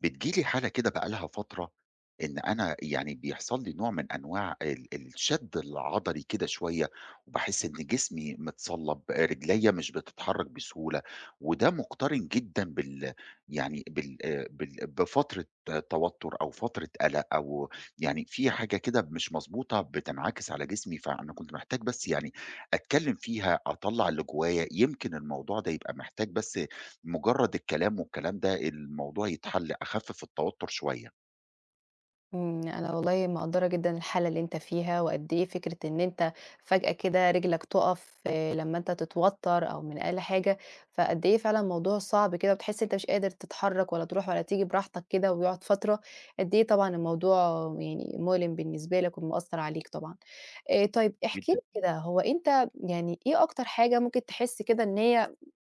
بتيجي لي حالة كده بقى لها فترة، إن أنا يعني بيحصل لي نوع من أنواع الشد العضلي كده شوية، وباحس إن جسمي متصلّب، رجليّا مش بتتحرك بسهولة، وده مقترن جدًا بال يعني بال بال بفترة توتر أو فترة قلق، أو يعني في حاجة كده مش مضبوطة بتنعكس على جسمي. فأنا كنت محتاج بس يعني أتكلّم فيها، أطلّع اللي جوايا، يمكن الموضوع ده يبقى محتاج بس مجرد الكلام، والكلام ده الموضوع يتحل، أخفف التوتر شوية. أنا والله مقدّرة جدًا الحالة اللي أنت فيها، وقد إيه فكرة إن أنت فجأة كده رجلك تُقف آه، لمّا أنت تتوتر أو من أقل حاجة، فقد إيه فعلًا الموضوع صعب كده، وتحس أنت مش قادر تتحرك ولا تروح ولا تيجي براحتك كده، ويقعد فترة، قد إيه طبعًا الموضوع مؤلم بالنسبة لك ومأثّر عليك طبعًا. طيب احكِ لي جدًا. كده، هو أنت يعني إيه أكتر حاجة ممكن تحس كده إن هي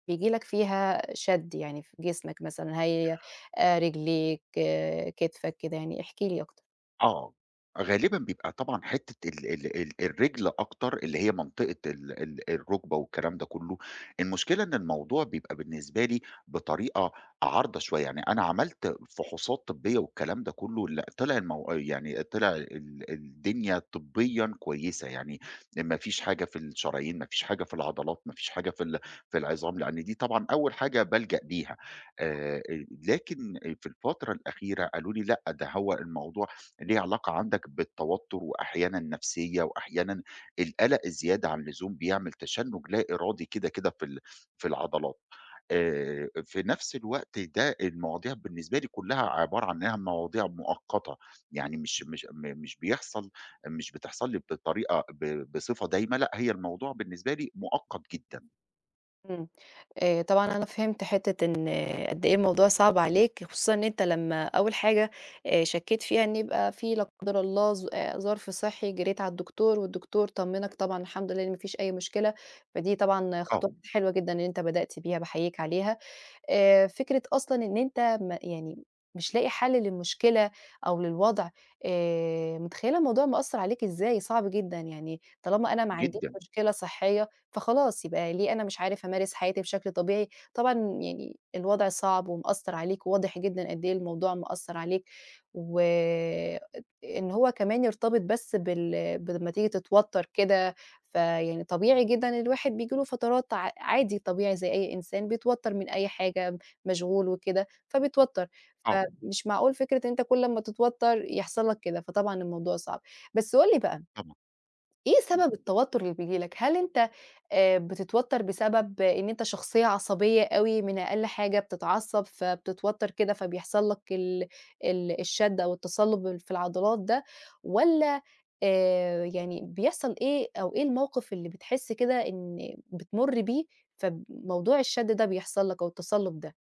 بييجي لك فيها شد يعني في جسمك مثلًا، هي رجليك، آه، كتفك كده يعني، احكِ لي أكتر؟ آه، غالبًا بيبقى طبعًا حتّة ال ال ال الرِجل أكتر، اللي هي منطقة ال ال الرُكبة والكلام ده كلّه. المشكلة إن الموضوع بيبقى بالنسبة لي بطريقة عارضة شوية، يعني أنا عملت فحوصات طبّية والكلام ده كلّه، لأ طلع المو يعني طلع الدنيا طبيًا كويسة، يعني ما فيش حاجة في الشرايين، ما فيش حاجة في العضلات، ما فيش حاجة في العظام، لإن دي طبعًا أول حاجة بالجأ ليها. آآ، لكن في الفترة الأخيرة قالوا لي لأ، ده هو الموضوع ليه علاقة عندك بالتوتر، وأحيانا نفسية، وأحيانا القلق الزيادة عن اللزوم بيعمل تشنج لا إرادي كده كده في العضلات. آه، في نفس الوقت ده المواضيع بالنسبة لي كلها عبارة عن انها مواضيع مؤقتة، يعني مش مش م- مش بيحصل مش بتحصل لي بصفة دايمة، لا هي الموضوع بالنسبة لي مؤقت جدا. إمم. طبعًا أنا فهمت حتّة إن آه، قد إيه الموضوع صعب عليك، خصوصًا إن أنت لمّا أول حاجة شكّيت فيها إن يبقى في لا قدّر الله ظ ظرف صحّي جريت على الدكتور والدكتور طمّنك طبعًا الحمد لله إن ما فيش أي مشكلة، فدي طبعًا اه، خطوة حلوة جدًا إن أنت بدأت بيها، باحييك عليها. فكرة أصلًا إن أنت ما يعني مش لاقي حل للمشكلة أو للوضع، متخيّلة الموضوع مأثّر عليك إزاي، صعب جدًا، يعني طالما أنا ما عنديش جدا. مشكلة صحية، فخلاص يبقى ليه أنا مش عارف أمارس حياتي بشكل طبيعي، طبعًا يعني الوضع صعب ومأثّر عليك، وواضح جدًا قد إيه الموضوع مأثّر عليك، و إن هو كمان يرتبط بس بال ب لمّا تيجي تتوتّر كده فيعني طبيعي جدًا الواحد بييجي له فترات عادي طبيعي زي أي إنسان بيتوتر من أي حاجة، مشغول وكده فبيتوتر، اه، فمش معقول فكرة إن أنت كل أمّا تتوتر يحصل لك كده، فطبعًا الموضوع صعب. بس قُل لي بقى طبعا. إيه سبب التوتر اللي بييجي لك؟ هل أنت بتتوتر بسبب إن أنت شخصية عصبية أوي، من أقل حاجة بتتعصب، فبتتوتر كده فبيحصل لك ال الشد أو التصلب في العضلات ده، والّا يعني بيحصل إيه أو إيه الموقف اللي بتحس كده إن بتمُر بيه، فموضوع الشد ده بيحصل لك أو التصلب ده؟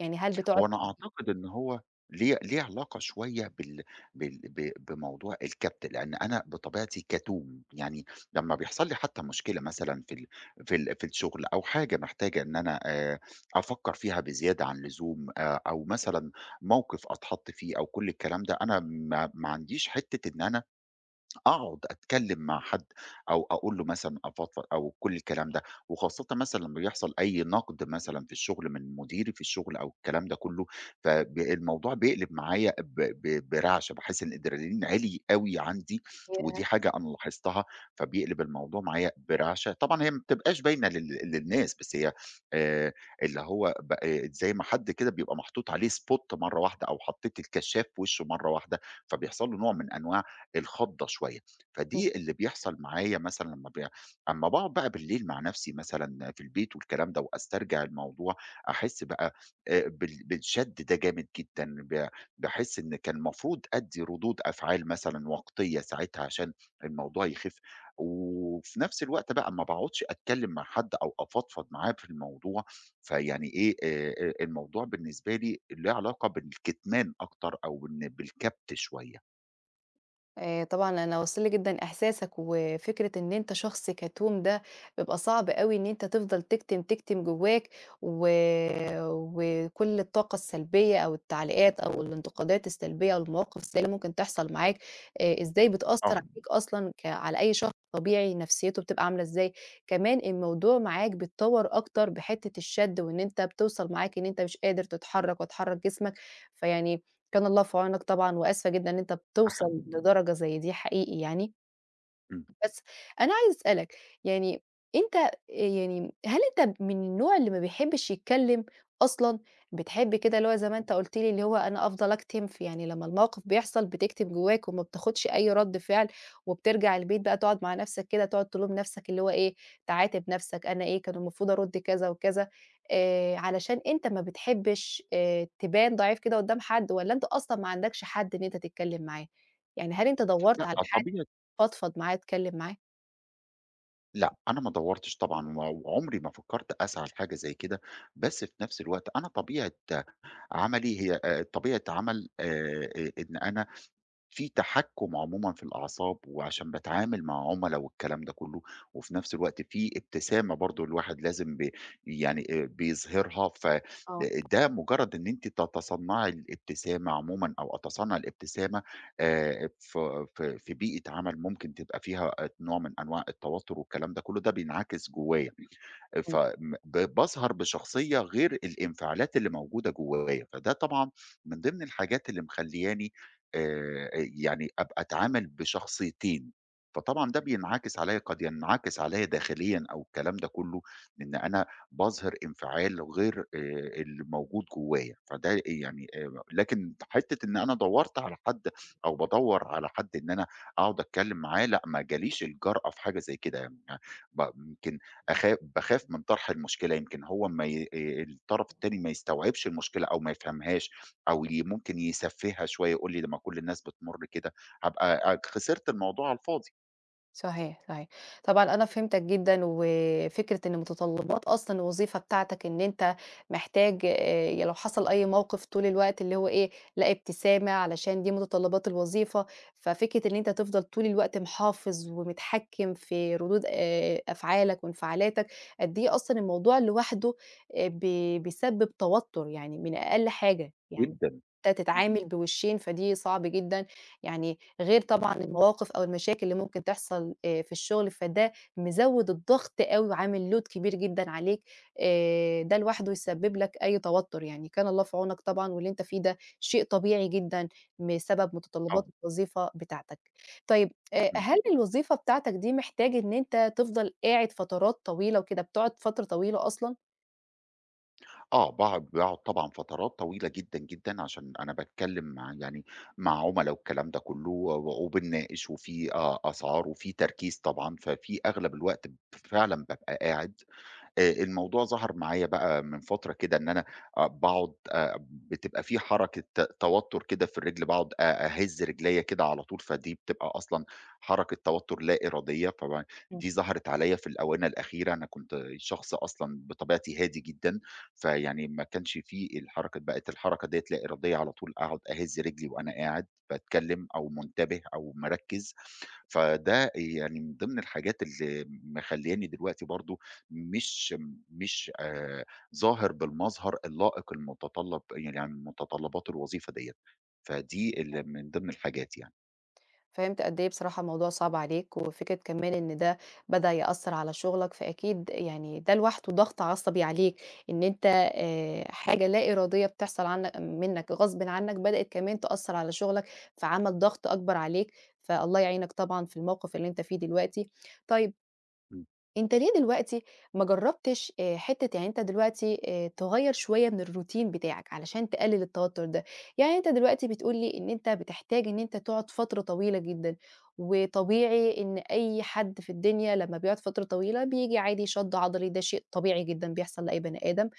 يعني هل بتقعد هو أنا أعتقد إن هو ليه علاقة شوية بال بال ب بموضوع الكبت، لأن أنا بطبيعتي كتوم. يعني لمّا بيحصل لي حتى مشكلة مثلًا في الشغل، أو حاجة محتاجة إن أنا أفكّر فيها بزيادة عن اللزوم، أو مثلًا موقف أتحط فيه أو كل الكلام ده، أنا ما عنديش حتّة إن أنا أقعد أتكلّم مع حد، أو أقول له مثلًا أفضفض أو كل الكلام ده. وخاصةً مثلًا لمّا بيحصل أي نقد مثلًا في الشغل من مديري في الشغل أو الكلام ده كلّه، فب الموضوع بيقلب معايا ب ب برعشة، باحس إن الأدرينالين عِلي أوي عندي، ودي حاجة أنا لاحظتها. فبيقلب الموضوع معايا برعشة، طبعًا هي ما بتبقاش باينة للناس، بس هي آآ اللي هو ب زي ما حد كده بيبقى محطوط عليه spot مرّة واحدة، أو حطّيت الكشّاف في وشه مرّة واحدة، فبيحصل له نوع من أنواع الخضة شوية. فدي اللي بيحصل معايا مثلًا لمّا ب أمّا باقعد بقى بالليل مع نفسي مثلًا في البيت والكلام ده، وأسترجع الموضوع، أحس بقى بالشَد ده جامد جدًا. باحس إن كان المفروض أدّي ردود أفعال مثلًا وقتية ساعتها عشان الموضوع يخف، وفي نفس الوقت بقى ما باقعدش أتكلم مع حد أو أفضفض معاه في الموضوع. فيعني إيه، الموضوع بالنسبة لي له علاقة بالكتمان أكتر، أو إن بالكبت شوية. طبعًا أنا واصل لي جدًا إحساسك، وفكرة إن أنت شخص كتوم ده بيبقى صعب أوي إن أنت تفضل تكتم، تكتم جواك و وكل الطاقة السلبية أو التعليقات أو الانتقادات السلبية أو المواقف السلبية اللي ممكن تحصل معاك، إزاي بتأثّر آه، عليك أصلًا على أي شخص طبيعي نفسيته بتبقى عاملة إزاي، كمان الموضوع معاك بيتطوّر أكتر بحتة الشد، وإن أنت بتوصل معاك إن أنت مش قادر تتحرّك وتحرّك جسمك، فيعني كان الله في عونك طبعًا، وآسفة جدًا إن أنت ده بتوصل حقيقي. لدرجة زي دي حقيقي يعني، بس أنا عايزة أسألك، يعني أنت يعني هل أنت من النوع اللي ما بيحبّش يتكلّم أصلًا، بتحب كده اللي هو زي ما أنت قُلت لي اللي هو أنا أفضل أكتم في يعني لمّا الموقف بيحصل بتكتم جواك وما بتاخدش أي رَد فعل، وبترجع البيت بقى تقعد مع نَفْسك كده تقعد تلوم نَفْسك اللي هو إيه، تعاتب نَفْسك أنا إيه كان المفروض أرُد كذا وكذا، علشان أنت ما بتحبّش تبان ضعيف كده قدّام حد والّا أنت أصلًا ما عندكش حد إن أنت تتكلّم معاه؟ يعني هل أنت دوّرت لأ، على حد تفضفض معاه تتكلّم معاه؟ لأ، أنا ما دوّرتش طبعًا، وعمري ما فكّرت أسعى لحاجة زي كده، بس في نفس الوقت أنا طبيعة عملي هي، طبيعة عمل، إن أنا في تحكُّم عمومًا في الأعصاب، وعشان باتعامل مع عُملا والكلام ده كلّه، وفي نفس الوقت في ابتسامة برضه، الواحد لازم ب يعني بيظهرها. ف آه، ده مجرّد إن أنتِ تتصنّعي الابتسامة عمومًا، أو أتصنّع الابتسامة، ف ف في بيئة عمل ممكن تبقى فيها نوع من أنواع التوتُّر والكلام ده كلّه، ده بينعكس جوّايا. ف إمم، م ب باظهر بشخصية غير الانفعالات اللي موجودة جوّايا. فده طبعًا من ضمن الحاجات اللي مخلّياني آآ يعني أبقى أتعامل بشخصيتين، فطبعًا ده بينعكس عليَّ، قد ينعكس عليَّ داخليًا أو الكلام ده كله، إن أنا باظهر انفعال غير اللي موجود جوايا. فده يعني لكن حتة إن أنا دَوّرت على حد، أو بادَوّر على حد إن أنا أقعد أتكلم معاه، لأ، ما جاليش الجرأة في حاجة زي كده. يعني ب يمكن باخاف من طرح المشكلة، يمكن هو ما ي الطرف التاني ما يستوعبش المشكلة أو ما يفهمهاش، أو ممكن يسفّهها شوية، يقول لي لمّا كل الناس بتمُر كده، هابقى خسرت الموضوع على الفاضي. صحيح، صحيح. طبعًا أنا فهمتك جدًا، وفكرة إن متطلبات أصلًا الوظيفة بتاعتك إن أنت محتاج لو حصل أي موقف طول الوقت اللي هو إيه، لا ابتسامة علشان دي متطلبات الوظيفة، ففكرة إن أنت تفضل طول الوقت محافظ ومتحكم في ردود أفعالك وانفعالاتك، قد إيه أصلًا الموضوع لوحده بي بيسبب توتر يعني من أقل حاجة، يعني جدًا. أنت إمم، تتعامل بوشين فدي صعب جدًا، يعني غير طبعًا المواقف أو المشاكل اللي ممكن تحصل في الشغل، فده مزوّد الضغط أوي وعامل load كبير جدًا عليك، ده لوحده يسبب لك أي توتر يعني، كان الله في عونك طبعًا واللي أنت فيه ده شيء طبيعي جدًا بسبب آه، متطلبات الوظيفة بتاعتك. طيب إمم. هل الوظيفة بتاعتك دي محتاج إن أنت تفضل قاعد فترات طويلة وكده، بتقعد فترة طويلة أصلًا؟ آه، باقعد طبعًا فترات طويلة جدًا، جدًا عشان أنا باتكلّم مع عُملا والكلام ده كُلّه، وبنناقش، وفي أسعار، وفي تركيز طبعًا، ففي أغلب الوقت فعلًا بابقى قاعد. الموضوع ظَهَر معايا بقى من فترة كده، إن أنا آه باقعد بتبقى في حركة توتُّر كده في الرِجل، باقعد أهِز رِجليّا كده على طول، فدي بتبقى أصلًا حركة توتُّر لا إرادية. فب دي ظَهَرت عليّا في الآونة الأخيرة، أنا كنت شخص أصلًا بطبيعتي هادي جدًا، فيعني ما كانش في الحركة، بقت الحركة ديّة لا إرادية، على طول أقعد أهِز رِجلي وأنا قاعد باتكلّم، أو منتبه، أو مركّز. فده يعني من ضمن الحاجات اللي مخلّياني دلوقتي برضه مش مش ظاهر بالمظهر اللائق المتطلب، يعني متطلبات الوظيفة ديّة، فدي اللي من ضمن الحاجات يعني. فهمت قد إيه بصراحة الموضوع صعب عليك، وفكرة كمان إن ده بدأ يأثّر على شغلك، فأكيد يعني ده لوحده ضغط عصبي عليك، إن أنت حاجة لا إرادية بتحصل عنك منّك غصبٍ عنك بدأت كمان تأثّر على شغلك، فعمل ضغط أكبر عليك، فالله يعينك طبعًا في الموقف اللي أنت فيه دلوقتي. طيب إمم. أنت ليه دلوقتي ما جرّبتش حتّة يعني أنت دلوقتي تغيّر شوية من الروتين بتاعك علشان تقلل التوتر ده، يعني أنت دلوقتي بتقول لي إن أنت بتحتاج إن أنت تقعد فترة طويلة جدًا، وطبيعي إن أي حد في الدنيا لمّا بيقعد فترة طويلة بييجي عادي شد عضلي ده شيء طبيعي جدًا بيحصل لأي بني آدم،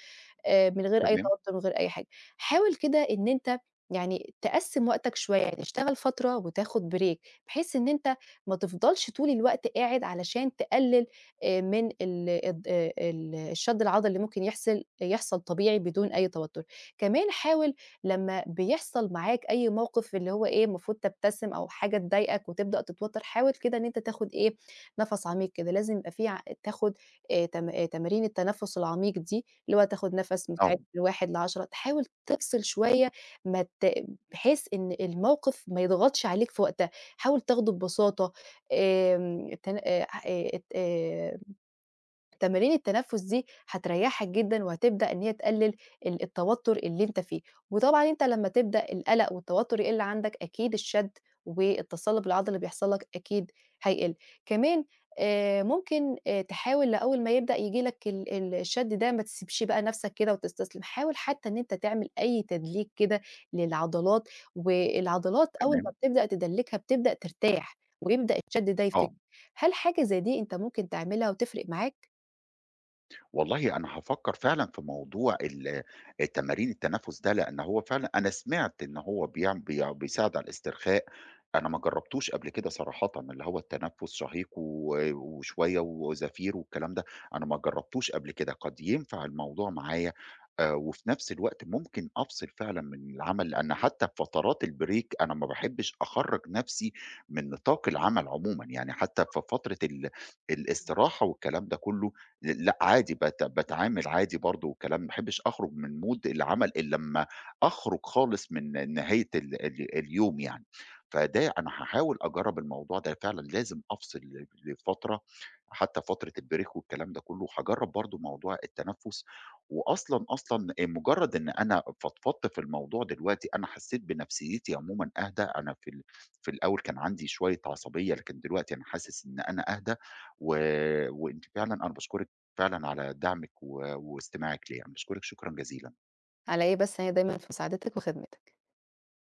من غير أي تمام، توتر، من غير أي حاجة. حاول كده إن أنت تقسّم وقتك شوية، يعني تشتغل فترة وتاخد بريك، بحيث إن أنت ما تفضلش طول الوقت قاعد علشان تقلل من ال الض ال الشد العضلي اللي ممكن يحصل يحصل طبيعي بدون أي توتر. كمان حاول لمّا بيحصل معاك أي موقف اللي هو إيه، المفروض تبتسم أو حاجة تضايقك وتبدأ تتوتر، حاول كده إن أنت تاخد إيه، نَفَس عميق كده، لازم يبقى في تاخد تم تمارين التنفس العميق دي اللي هو تاخد نَفَس آه. متعد من 1 ل10 تحاول تفصل شوية ما ت بحيث إن الموقف ما يضغطش عليك في وقتها، حاول تاخده ببساطة آمم تن ح ات تمارين التنفس دي هتريحك جدًا، وهتبدأ إن هي تقلل ال التوتر اللي أنت فيه، وطبعًا أنت لمّا تبدأ القلق والتوتر يقل عندك أكيد الشد والتصلب العضلي اللي بيحصل لك أكيد هيقل، كمان ممكن تحاول لأول ما يبدأ ييجي لك ال الشد ده ما تسيبش بقى نفسك كده وتستسلم، حاول حتى إن أنت تعمل أي تدليك كده للعضلات، والعضلات أول تمام، ما بتبدأ تدلكها بتبدأ ترتاح، ويبدأ الشد ده آه. يفك. هل حاجة زي دي أنت ممكن تعملها وتفرق معاك؟ والله أنا هافكّر فعلًا في موضوع التمارين التنفس ده، لإن هو فعلًا أنا سمعت إن هو بيعم بي بيساعد على الاسترخاء. أنا ما جرّبتوش قبل كده صراحةً، اللي هو التنفس شهيق وشوية وزفير والكلام ده، أنا ما جرّبتوش قبل كده، قد ينفع الموضوع معايا. وفي نفس الوقت ممكن أفصل فعلًا من العمل، لإن حتى في فترات البريك أنا ما باحبّش أخرّج نفسي من نطاق العمل عمومًا، يعني حتى في فترة الاستراحة والكلام ده كُلّه، لأ عادي، باتعامل عادي برضه وكلام، ما باحبش أخرج من mood العمل إلّا أمّا أخرج خالص من نهاية ال ال اليوم يعني. فده أنا هاحاول أجرّب الموضوع ده، فعلًا لازم أفصل لفترة، حتى فترة البريك والكلام ده كلّه، هاجرّب برضه موضوع التنفُّس. وأصلًا، مجرّد إن أنا فضفضت في الموضوع دلوقتي أنا حسّيت بنفسيّتي عمومًا أهدى، أنا في الأول كان عندي شوية عصبية، لكن دلوقتي أنا حاسس إن أنا أهدى. و وأنتِ فعلًا، أنا باشكرِك فعلًا على دعمِك واستماعِك ليّا، أنا باشكرِك شكرًا جزيلًا. على إيه بس هي دايمًا في سعادتِك وخدمتِك.